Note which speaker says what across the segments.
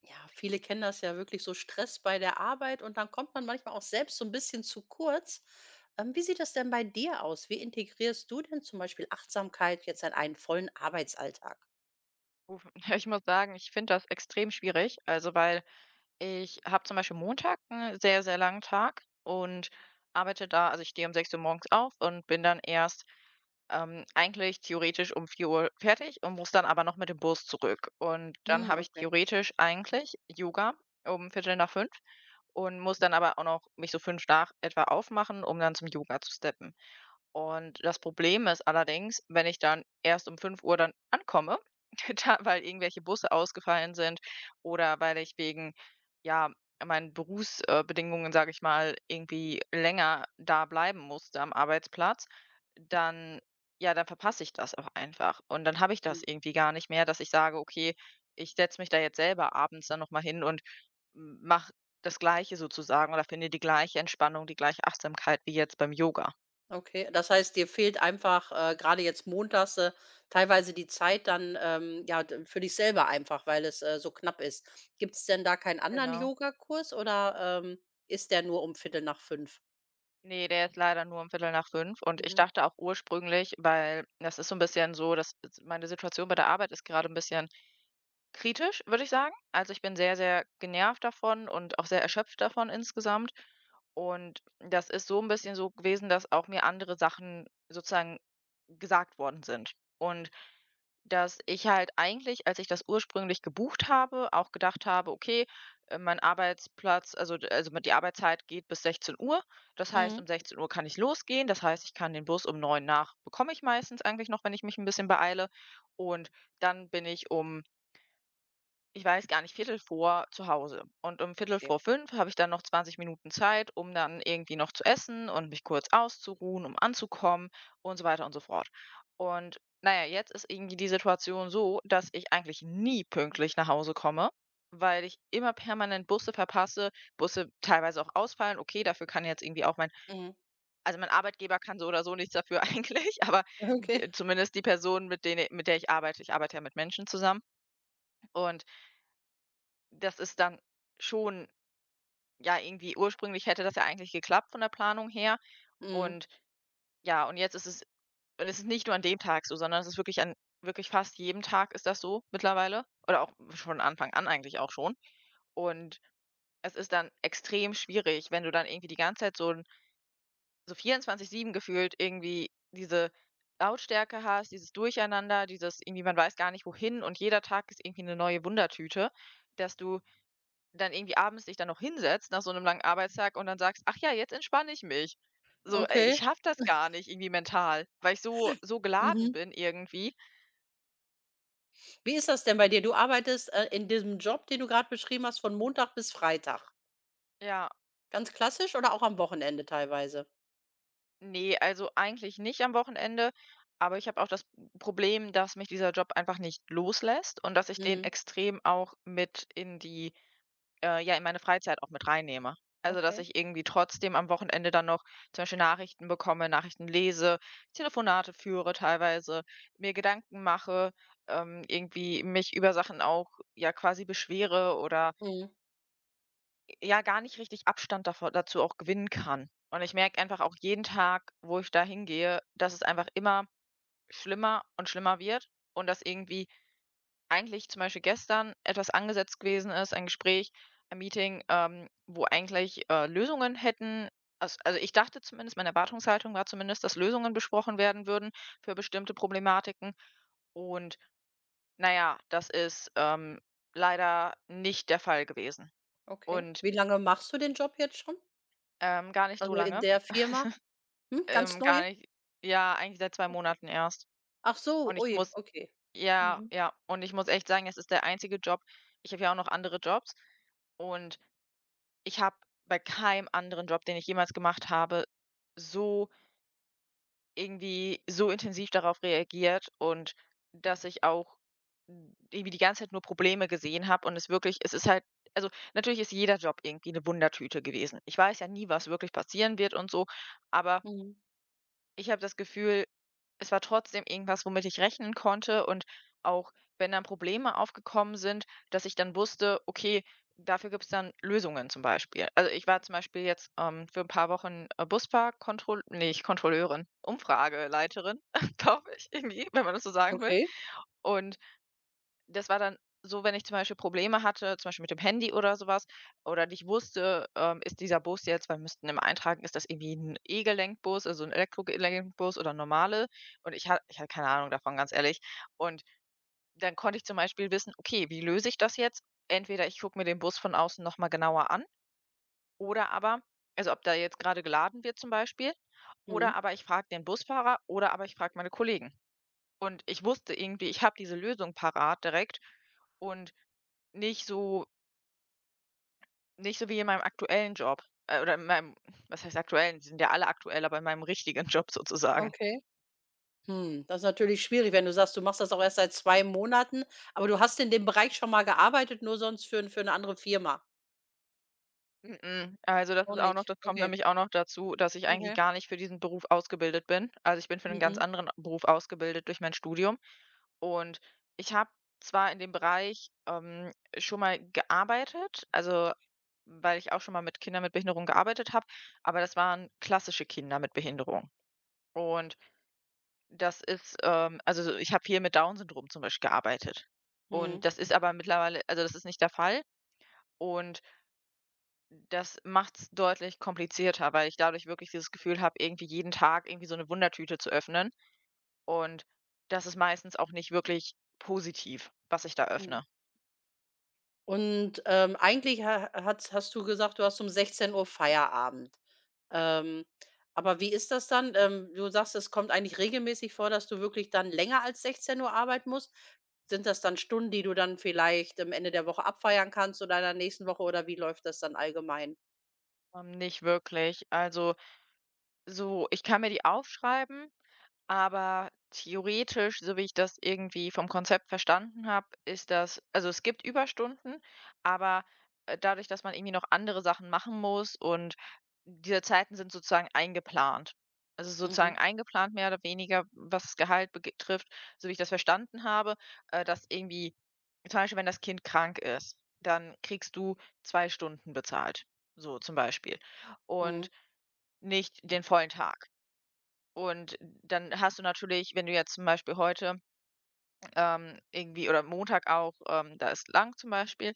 Speaker 1: Ja, viele kennen das ja wirklich so Stress bei der Arbeit und dann kommt man manchmal auch selbst so ein bisschen zu kurz. Wie sieht das denn bei dir aus? Wie integrierst du denn zum Beispiel Achtsamkeit jetzt in einen vollen Arbeitsalltag?
Speaker 2: Rufen. Ich muss sagen, ich finde das extrem schwierig. Also, weil ich habe zum Beispiel Montag 'n sehr, sehr langen Tag und arbeite da also, ich stehe um 6 Uhr morgens auf und bin dann erst, eigentlich theoretisch um 4 Uhr fertig und muss dann aber noch mit dem Bus zurück. Und dann
Speaker 1: Hm,
Speaker 2: habe ich
Speaker 1: okay.
Speaker 2: theoretisch eigentlich Yoga um viertel nach fünf und muss dann aber auch noch mich so 5 nach etwa aufmachen, um dann zum Yoga zu steppen. Und das Problem ist allerdings, wenn ich dann erst um 5 Uhr dann ankomme, da weil irgendwelche Busse ausgefallen sind oder weil ich wegen, ja, meinen Berufsbedingungen, sage ich mal, irgendwie länger da bleiben musste am Arbeitsplatz, dann ja, dann verpasse ich das auch einfach. Und dann habe ich
Speaker 1: Hm,
Speaker 2: das irgendwie gar nicht mehr, dass ich sage: „Okay, ich setze mich da jetzt selber abends dann noch mal hin und mache das Gleiche sozusagen oder finde die gleiche Entspannung, die gleiche Achtsamkeit wie jetzt beim Yoga."
Speaker 1: okay. Das heißt, dir fehlt einfach, grade jetzt montags, teilweise die Zeit dann, ja, d für dich selber einfach, weil es, so knapp ist. Gibt es denn da keinen anderen
Speaker 2: Genau.
Speaker 1: Yogakurs oder, ist der nur um 4:45?
Speaker 2: Ne, der ist leider nur um Viertel nach fünf und ich
Speaker 1: Mhm.
Speaker 2: dachte auch ursprünglich weil das ist so ein bisschen so, dass s meine Situation bei der Arbeit ist gerade ein bisschen kritisch, würde ich sagen. Also, ich bin sehr, sehr genervt davon und auch sehr erschöpft davon insgesamt. Und das ist so ein bisschen so gewesen, dass auch mir andere Sachen sozusagen gesagt worden sind. Und dass ich halt eigentlich, als ich das ursprünglich gebucht habe, auch gedacht habe: „Okay, mein Arbeitsplatz also d also, die Arbeitszeit geht bis 16 Uhr. Das heißt,
Speaker 1: Mhm.
Speaker 2: um 16 Uhr kann ich losgehen. Das heißt, ich kann den Bus um 9 nach bekomme ich meistens eigentlich noch, wenn ich mich ein bisschen beeile. Und dann bin ich um" ich weiß gar nicht, Viertel vor zu Hause und um Viertel
Speaker 1: Okay.
Speaker 2: vor fünf habe ich dann noch 20 Minuten Zeit, um dann irgendwie noch zu essen und mich kurz auszuruhen, um anzukommen und so weiter und so fort. Und naja, jetzt ist irgendwie die Situation so, dass ich eigentlich nie pünktlich nach Hause komme, weil ich immer permanent Busse verpasse, Busse teilweise auch ausfallen. Okay, dafür kann jetzt irgendwie auch mein
Speaker 1: Mhm.
Speaker 2: mein Arbeitgeber kann so oder so nichts dafür eigentlich, aber
Speaker 1: Okay.
Speaker 2: d zumindest die Person, mit der ich arbeite ja mit Menschen zusammen und das ist dann schon ja, irgendwie ursprünglich hätte das ja eigentlich geklappt von der Planung her
Speaker 1: Mhm.
Speaker 2: und ja, und jetzt ist es und es ist nicht nur an dem Tag so, sondern es ist wirklich an wirklich fast jedem Tag ist das so mittlerweile oder auch von Anfang an eigentlich auch schon. Und es ist dann extrem schwierig, wenn du dann irgendwie die ganze Zeit so 24/7 gefühlt irgendwie diese Lautstärke hast, dieses Durcheinander, dieses irgendwie man weiß gar nicht wohin und jeder Tag ist irgendwie eine neue Wundertüte, dass du dann irgendwie abends dich dann noch hinsetzt nach so einem langen Arbeitstag und dann sagst: „Ach ja, jetzt entspanne ich mich." So, ich
Speaker 1: Okay.
Speaker 2: schaff das gar nicht irgendwie mental, weil ich so so geladen
Speaker 1: Mhm.
Speaker 2: bin irgendwie.
Speaker 1: Wie ist das denn bei dir? Du arbeitest, in diesem Job, den du gerade beschrieben hast, von Montag bis Freitag.
Speaker 2: Ja,
Speaker 1: Ganz klassisch oder auch am Wochenende teilweise?
Speaker 2: nee, also eigentlich nicht am Wochenende, aber ich habe auch das Problem, dass mich dieser Job einfach nicht loslässt und dass ich den
Speaker 1: Mhm.
Speaker 2: extrem auch mit in die ja, in meine Freizeit auch mit reinnehme. Also, dass
Speaker 1: Okay.
Speaker 2: ich irgendwie trotzdem am Wochenende dann noch zum Beispiel Nachrichten bekomme, Nachrichten lese, Telefonate führe teilweise, mir Gedanken mache, irgendwie mich über Sachen auch ja quasi beschwere oder
Speaker 1: Mhm.
Speaker 2: ja gar nicht richtig Abstand davor, dazu auch gewinnen kann. Und ich merke einfach auch jeden Tag, wo ich da hingehe, dass es einfach immer schlimmer und schlimmer wird und dass irgendwie eigentlich zum Beispiel gestern etwas angesetzt gewesen ist, ein Gespräch, ein Meeting, wo eigentlich Lösungen hätten, also ich dachte zumindest, meine Erwartungshaltung war zumindest, dass Lösungen besprochen werden würden für bestimmte Problematiken. Und na ja, das ist leider nicht der Fall gewesen.
Speaker 1: Okay.
Speaker 2: Und
Speaker 1: Wie lange machst du den Job jetzt schon?
Speaker 2: gar nicht so
Speaker 1: Also, in
Speaker 2: lange.
Speaker 1: der Firma? Hm, ganz neu?
Speaker 2: Gar nicht, ja, eigentlich seit zwei
Speaker 1: Okay.
Speaker 2: Monaten erst.
Speaker 1: Ach so,
Speaker 2: Und ich
Speaker 1: ui,
Speaker 2: muss,
Speaker 1: okay.
Speaker 2: ja,
Speaker 1: Mhm.
Speaker 2: ja, und ich muss echt sagen, es ist der einzige Job. Ich habe ja auch noch andere Jobs. Und ich habe bei keinem anderen Job, den ich jemals gemacht habe, so irgendwie so intensiv darauf reagiert und dass ich auch irgendwie die ganze Zeit nur Probleme gesehen habe und es wirklich, es ist halt, also natürlich ist jeder Job irgendwie eine Wundertüte gewesen. Ich weiß ja nie, was wirklich passieren wird und so, aber
Speaker 1: Mhm.
Speaker 2: ich habe das Gefühl, es war trotzdem irgendwas, womit ich rechnen konnte und auch wenn dann Probleme aufgekommen sind, dass ich dann wusste, okay, dafür gibt es dann Lösungen zum Beispiel. Also ich war zum Beispiel jetzt für ein paar Wochen Busfahrkontroll nee, nicht Kontrolleurin, Umfrageleiterin, glaube ich, irgendwie, wenn man das so sagen will.
Speaker 1: Okay.
Speaker 2: Und das war dann so, wenn ich zum Beispiel Probleme hatte, zum Beispiel mit dem Handy oder sowas, oder nicht wusste, ist dieser Bus jetzt weil wir müssten immer eintragen, ist das irgendwie ein E-Gelenkbus, also ein Elektro-Gelenkbus oder normale? Und ich hatte keine Ahnung davon, ganz ehrlich. Und dann konnte ich zum Beispiel wissen: „Okay, wie löse ich das jetzt?" Entweder ich gucke mir den Bus von außen noch mal genauer an oder aber also, ob da jetzt gerade geladen wird zum Beispiel
Speaker 1: Mhm.
Speaker 2: oder aber ich frage den Busfahrer oder aber ich frage meine Kollegen. Und ich wusste irgendwie, ich habe diese Lösung parat direkt und nicht so nicht so wie in meinem aktuellen Job, oder in meinem was heißt aktuellen? Die sind ja alle aktuell, aber in meinem richtigen Job sozusagen.
Speaker 1: Okay. Hm, das ist natürlich schwierig, wenn du sagst, du machst das auch erst seit 2 Monaten, aber du hast in dem Bereich schon mal gearbeitet, nur sonst für 'n für 'ne andere Firma?
Speaker 2: Mm mm. Also, das
Speaker 1: Auch
Speaker 2: ist auch noch
Speaker 1: nicht.
Speaker 2: das kommt
Speaker 1: Okay.
Speaker 2: nämlich auch noch dazu, dass ich eigentlich
Speaker 1: Okay.
Speaker 2: gar nicht für diesen Beruf ausgebildet bin. Also, ich bin für einen ganz
Speaker 1: Mhm,
Speaker 2: anderen Beruf ausgebildet durch mein Studium. Und ich habe zwar in dem Bereich, schon mal gearbeitet, also, weil ich auch schon mal mit Kindern mit Behinderung gearbeitet habe, aber das waren klassische Kinder mit Behinderung. Und das ist, also, ich habe hier mit Down-Syndrom zum Beispiel gearbeitet. Und
Speaker 1: mhm,
Speaker 2: das ist aber mittlerweile also, das ist nicht der Fall. Und das macht's deutlich komplizierter, weil ich dadurch wirklich dieses Gefühl habe, irgendwie jeden Tag irgendwie so eine Wundertüte zu öffnen. Und das ist meistens auch nicht wirklich positiv, was ich da
Speaker 1: mhm.
Speaker 2: öffne.
Speaker 1: Und, eigentlich ha hat's hast du gesagt, du hast um 16 Uhr Feierabend. Ähm, aber wie ist das dann? Du sagst, es kommt eigentlich regelmäßig vor, dass du wirklich dann länger als 16 Uhr arbeiten musst. Sind das dann Stunden, die du dann vielleicht am Ende der Woche abfeiern kannst oder in der nächsten Woche oder wie läuft das dann allgemein?
Speaker 2: Nicht wirklich. Also, so, ich kann mir die aufschreiben, aber theoretisch, so wie ich das irgendwie vom Konzept verstanden habe, ist das also, es gibt Überstunden, aber, dadurch, dass man irgendwie noch andere Sachen machen muss und diese Zeiten sind sozusagen eingeplant. Also,
Speaker 1: Mhm,
Speaker 2: sozusagen eingeplant mehr oder weniger, was das Gehalt betrifft, so wie ich das verstanden habe, dass irgendwie zum Beispiel, wenn das Kind krank ist, dann kriegst du 2 Stunden bezahlt, so zum Beispiel
Speaker 1: mhm.
Speaker 2: und nicht den vollen Tag. Und dann hast du natürlich, wenn du jetzt zum Beispiel heute, irgendwie oder Montag auch, da ist lang zum Beispiel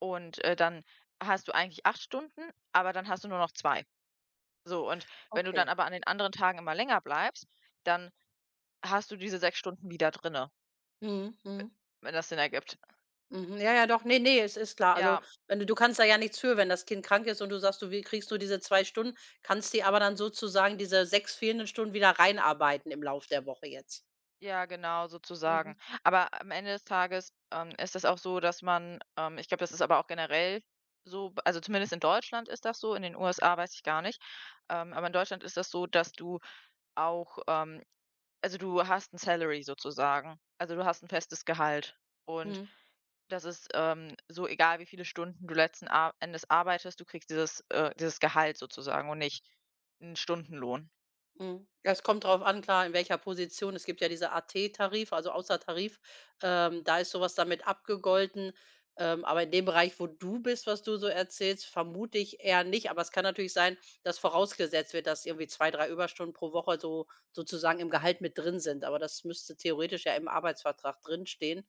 Speaker 2: und, dann hast du eigentlich 8 Stunden, aber dann hast du nur noch zwei. So, und wenn du dann
Speaker 1: Okay.
Speaker 2: aber an den anderen Tagen immer länger bleibst, dann hast du diese 6 Stunden wieder drinne,
Speaker 1: Mhm, mhm.
Speaker 2: wenn das Sinn ergibt.
Speaker 1: Mhm, ja, ja, doch, ne, ne, es ist klar. Also,
Speaker 2: Ja.
Speaker 1: wenn du kannst da ja nichts für, wenn das Kind krank ist und du sagst, du wi kriegst nur diese 2 Stunden, kannst dir aber dann sozusagen diese 6 fehlenden Stunden wieder reinarbeiten im Lauf der Woche jetzt.
Speaker 2: Ja, genau,
Speaker 1: Mhm,
Speaker 2: sozusagen. Aber am Ende des Tages, ist es auch so, dass man ich glaube, das ist aber auch generell so, b also zumindest in Deutschland ist das so, in den USA weiß ich gar nicht. Aber in Deutschland ist das so, dass du auch, also du hast ein Salary sozusagen. Also, du hast ein festes Gehalt. Und
Speaker 1: mhm.
Speaker 2: das ist, so egal, wie viele Stunden du letzten a Endes arbeitest, du kriegst dieses Gehalt sozusagen und nicht einen Stundenlohn.
Speaker 1: Mhm. Ja, es kommt drauf an, klar, in welcher Position. Es gibt ja diese AT-Tarif, also Außertarif. Da ist sowas damit abgegolten. Aber in dem Bereich, wo du bist, was du so erzählst, vermute ich eher nicht. Aber es kann natürlich sein, dass vorausgesetzt wird, dass irgendwie 2, 3 Überstunden pro Woche so sozusagen im Gehalt mit drin sind. Aber das müsste theoretisch ja im Arbeitsvertrag drinstehen.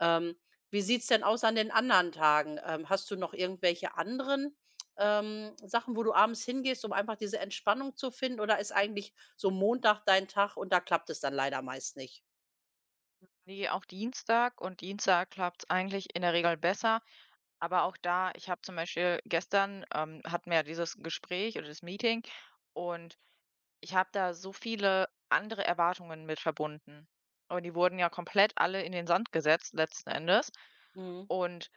Speaker 1: Ähm, wie sieht's denn aus an den anderen Tagen? Hast du noch irgendwelche anderen, Sachen, wo du abends hingehst, um einfach diese Entspannung zu finden oder ist eigentlich so Montag dein Tag und da klappt es dann leider meist nicht?
Speaker 2: Ne, auch Dienstag und Dienstag klappt's eigentlich in der Regel besser. Aber auch da, ich habe zum Beispiel gestern, hatten wir ja dieses Gespräch oder das Meeting und ich habe da so viele andere Erwartungen mit verbunden. Und die wurden ja komplett alle in den Sand gesetzt letzten Endes.
Speaker 1: Mhm.
Speaker 2: Und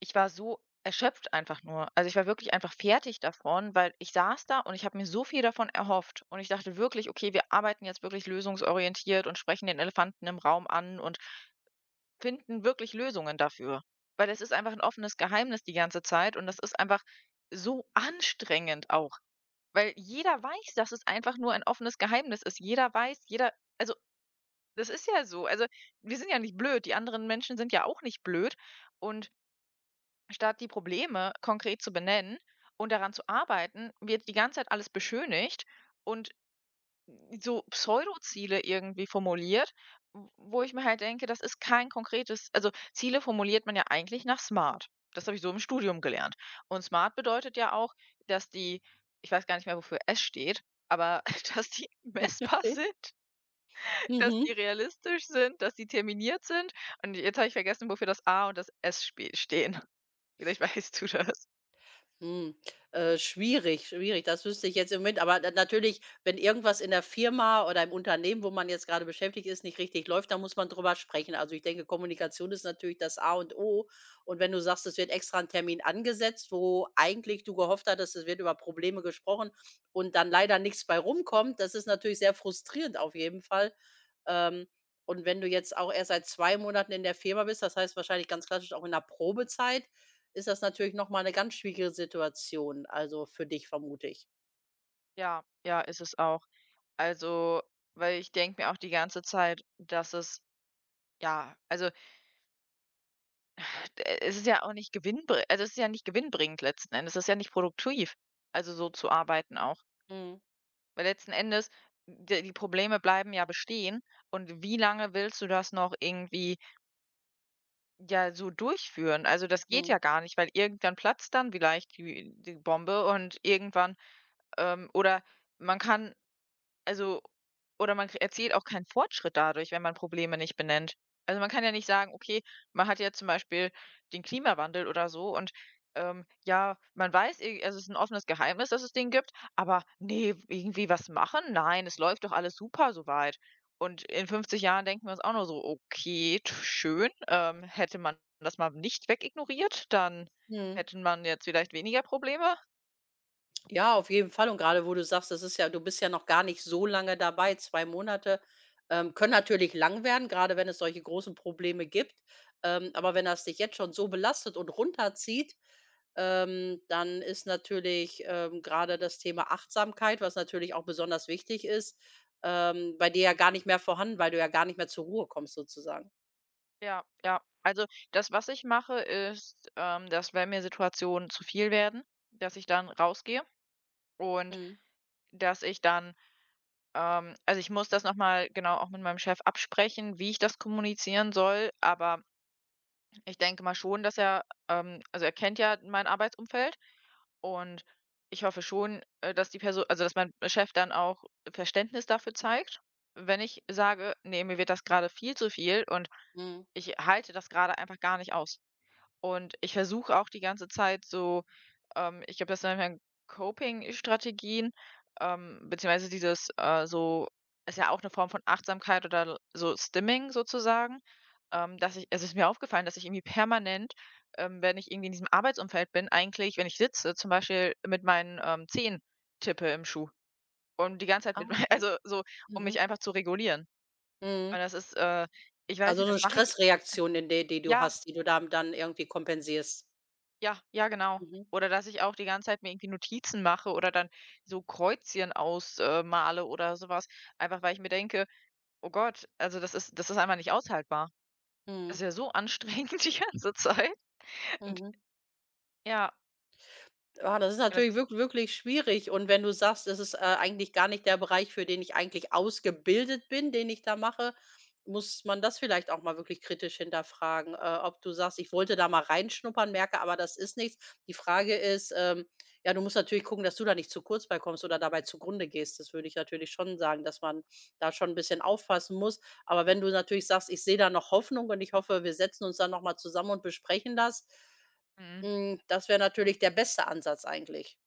Speaker 2: ich war so erschöpft einfach nur. Also ich war wirklich einfach fertig davon, weil ich saß da und ich habe mir so viel davon erhofft. Und ich dachte wirklich, okay, wir arbeiten jetzt wirklich lösungsorientiert und sprechen den Elefanten im Raum an und finden wirklich Lösungen dafür. Weil es ist einfach ein offenes Geheimnis die ganze Zeit und das ist einfach so anstrengend auch, weil jeder weiß, dass es einfach nur ein offenes Geheimnis ist. Jeder weiß, jeder also, das ist ja so. Also, wir sind ja nicht blöd, die anderen Menschen sind ja auch nicht blöd und statt die Probleme konkret zu benennen und daran zu arbeiten, wird die ganze Zeit alles beschönigt und so Pseudoziele irgendwie formuliert, w wo ich mir halt denke, das ist kein konkretes also, Ziele formuliert man ja eigentlich nach SMART. Das habe ich so im Studium gelernt. Und SMART bedeutet ja auch, dass die ich weiß gar nicht mehr, wofür S steht, aber dass die messbar
Speaker 1: Okay.
Speaker 2: sind, dass die
Speaker 1: Mhm.
Speaker 2: realistisch sind, dass die terminiert sind. Und jetzt habe ich vergessen, wofür das A und das S spe stehen. Vielleicht weißt du das.
Speaker 1: Hm, schwierig, schwierig. Das wüsste ich jetzt im Moment. Aber da natürlich, wenn irgendwas in der Firma oder im Unternehmen, wo man jetzt gerade beschäftigt ist, nicht richtig läuft, dann muss man drüber sprechen. Also ich denke, Kommunikation ist natürlich das A und O. Und wenn du sagst, es wird extra ein Termin angesetzt, wo eigentlich du gehofft hattest, es wird über Probleme gesprochen und dann leider nichts bei rumkommt, das ist natürlich sehr frustrierend auf jeden Fall. Ähm, und wenn du jetzt auch erst seit 2 Monaten in der Firma bist, das heißt wahrscheinlich ganz klassisch auch in der Probezeit, ist das natürlich noch mal 'ne ganz schwierige Situation, also für dich, vermute ich.
Speaker 2: Ja, ja, ist es auch. Also, weil ich denke mir auch die ganze Zeit, dass es ja, also D es ist ja auch nicht es ist ja nicht gewinnbringend letzten Endes. Es ist ja nicht produktiv, also, so zu arbeiten auch.
Speaker 1: Mhm,
Speaker 2: Weil letzten Endes, d die Probleme bleiben ja bestehen und wie lange willst du das noch irgendwie, ja, so durchführen? Also, das geht
Speaker 1: mhm.
Speaker 2: ja gar nicht, weil irgendwann platzt dann vielleicht die Bombe und irgendwann, oder man kann, also, oder man k erzielt auch keinen Fortschritt dadurch, wenn man Probleme nicht benennt. Also, man kann ja nicht sagen: „Okay, man hat jetzt zum Beispiel den Klimawandel oder so und, ja, man weiß es ist ein offenes Geheimnis, dass es den gibt, aber nee, irgendwie was machen? Nein, es läuft doch alles super soweit. Und in 50 Jahren denken wir uns auch nur so: „Okay, t schön, hätte man das mal nicht wegignoriert, dann
Speaker 1: Mhm.
Speaker 2: hätte man jetzt vielleicht weniger Probleme.“
Speaker 1: Ja, auf jeden Fall und gerade wo du sagst, das ist ja du bist ja noch gar nicht so lange dabei. 2 Monate, können natürlich lang werden, gerade wenn es solche großen Probleme gibt. Aber wenn das dich jetzt schon so belastet und runterzieht, dann ist natürlich, grade das Thema Achtsamkeit, was natürlich auch besonders wichtig ist, bei dir ja gar nicht mehr vorhanden, weil du ja gar nicht mehr zur Ruhe kommst sozusagen.
Speaker 2: Ja, ja. Also, das, was ich mache, ist, dass wenn mir Situationen zu viel werden, dass ich dann rausgehe und
Speaker 1: Mhm,
Speaker 2: dass ich dann also, ich muss das noch mal genau auch mit meinem Chef absprechen, wie ich das kommunizieren soll, aber ich denke mal schon, dass er also, er kennt ja mein Arbeitsumfeld und ich hoffe schon, dass die Person, also, dass mein Chef dann auch Verständnis dafür zeigt, wenn ich sage: nee mir wird das gerade viel zu viel und
Speaker 1: mhm.
Speaker 2: ich halte das gerade einfach gar nicht aus.“ Und ich versuche auch die ganze Zeit so, ich glaube, das nennt man Coping-Strategien, beziehungsweise dieses, so ist ja auch eine Form von Achtsamkeit oder l so Stimming sozusagen, dass ich es ist mir aufgefallen, dass ich irgendwie permanent, wenn ich irgendwie in diesem Arbeitsumfeld bin, eigentlich, wenn ich sitze, zum Beispiel mit meinen, Zehen tippe im Schuh und die ganze Zeit
Speaker 1: Ah,
Speaker 2: mit
Speaker 1: okay.
Speaker 2: also so, um
Speaker 1: Mhm,
Speaker 2: mich einfach zu regulieren.
Speaker 1: mhm.
Speaker 2: Und das ist, ich weiß
Speaker 1: Also,
Speaker 2: nicht,
Speaker 1: so
Speaker 2: das
Speaker 1: eine
Speaker 2: mache ich
Speaker 1: Stressreaktion, in der die du
Speaker 2: ja.
Speaker 1: hast, die du dann irgendwie kompensierst.
Speaker 2: Ja, ja, genau.
Speaker 1: Mhm,
Speaker 2: Oder dass ich auch die ganze Zeit mir irgendwie Notizen mache oder dann so Kreuzchen ausmale male oder sowas. Einfach weil ich mir denke: „Oh Gott, also das ist einfach nicht aushaltbar.“ Das
Speaker 1: mhm,
Speaker 2: ist ja so anstrengend die ganze Zeit. Und
Speaker 1: mhm.
Speaker 2: ja,
Speaker 1: Ah, das ist
Speaker 2: das
Speaker 1: natürlich
Speaker 2: ist
Speaker 1: wirklich schwierig. Und wenn du sagst, das ist, eigentlich gar nicht der Bereich, für den ich eigentlich ausgebildet bin, den ich da mache, muss man das vielleicht auch mal wirklich kritisch hinterfragen, ob du sagst: „Ich wollte da mal reinschnuppern, merke aber, das ist nichts.“ Die Frage ist, ja, du musst natürlich gucken, dass du da nicht zu kurz bei kommst oder dabei zugrunde gehst. Das würde ich natürlich schon sagen, dass man da schon ein bisschen aufpassen muss. Aber wenn du natürlich sagst: „Ich sehe da noch Hoffnung und ich hoffe, wir setzen uns dann noch mal zusammen und besprechen das.“
Speaker 2: mhm.
Speaker 1: Hm, das wäre natürlich der beste Ansatz eigentlich.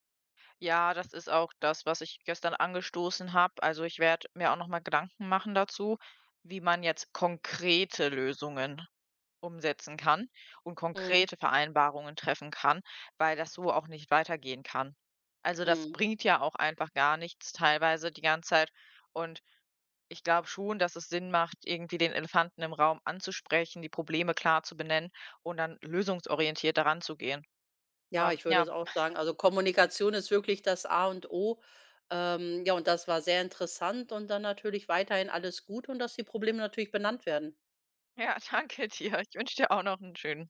Speaker 2: Ja, das ist auch das, was ich gestern angestoßen habe. Also, ich werde mir auch nochmal Gedanken machen dazu, wie man jetzt konkrete Lösungen umsetzen kann und
Speaker 1: Mhm,
Speaker 2: konkrete Vereinbarungen treffen kann, weil das so auch nicht weitergehen kann. Also, das
Speaker 1: mhm.
Speaker 2: bringt ja auch einfach gar nichts teilweise die ganze Zeit und ich glaube schon, dass es Sinn macht, irgendwie den Elefanten im Raum anzusprechen, die Probleme klar zu benennen und dann lösungsorientiert da ranzugehen.
Speaker 1: Ja,
Speaker 2: Aber
Speaker 1: ich würde es
Speaker 2: ja,
Speaker 1: auch sagen. Also, Kommunikation ist wirklich das A und O. Ja, und das war sehr interessant und dann natürlich weiterhin alles gut und dass die Probleme natürlich benannt werden.
Speaker 2: ja, danke dir. Ich wünsche dir auch noch einen schönen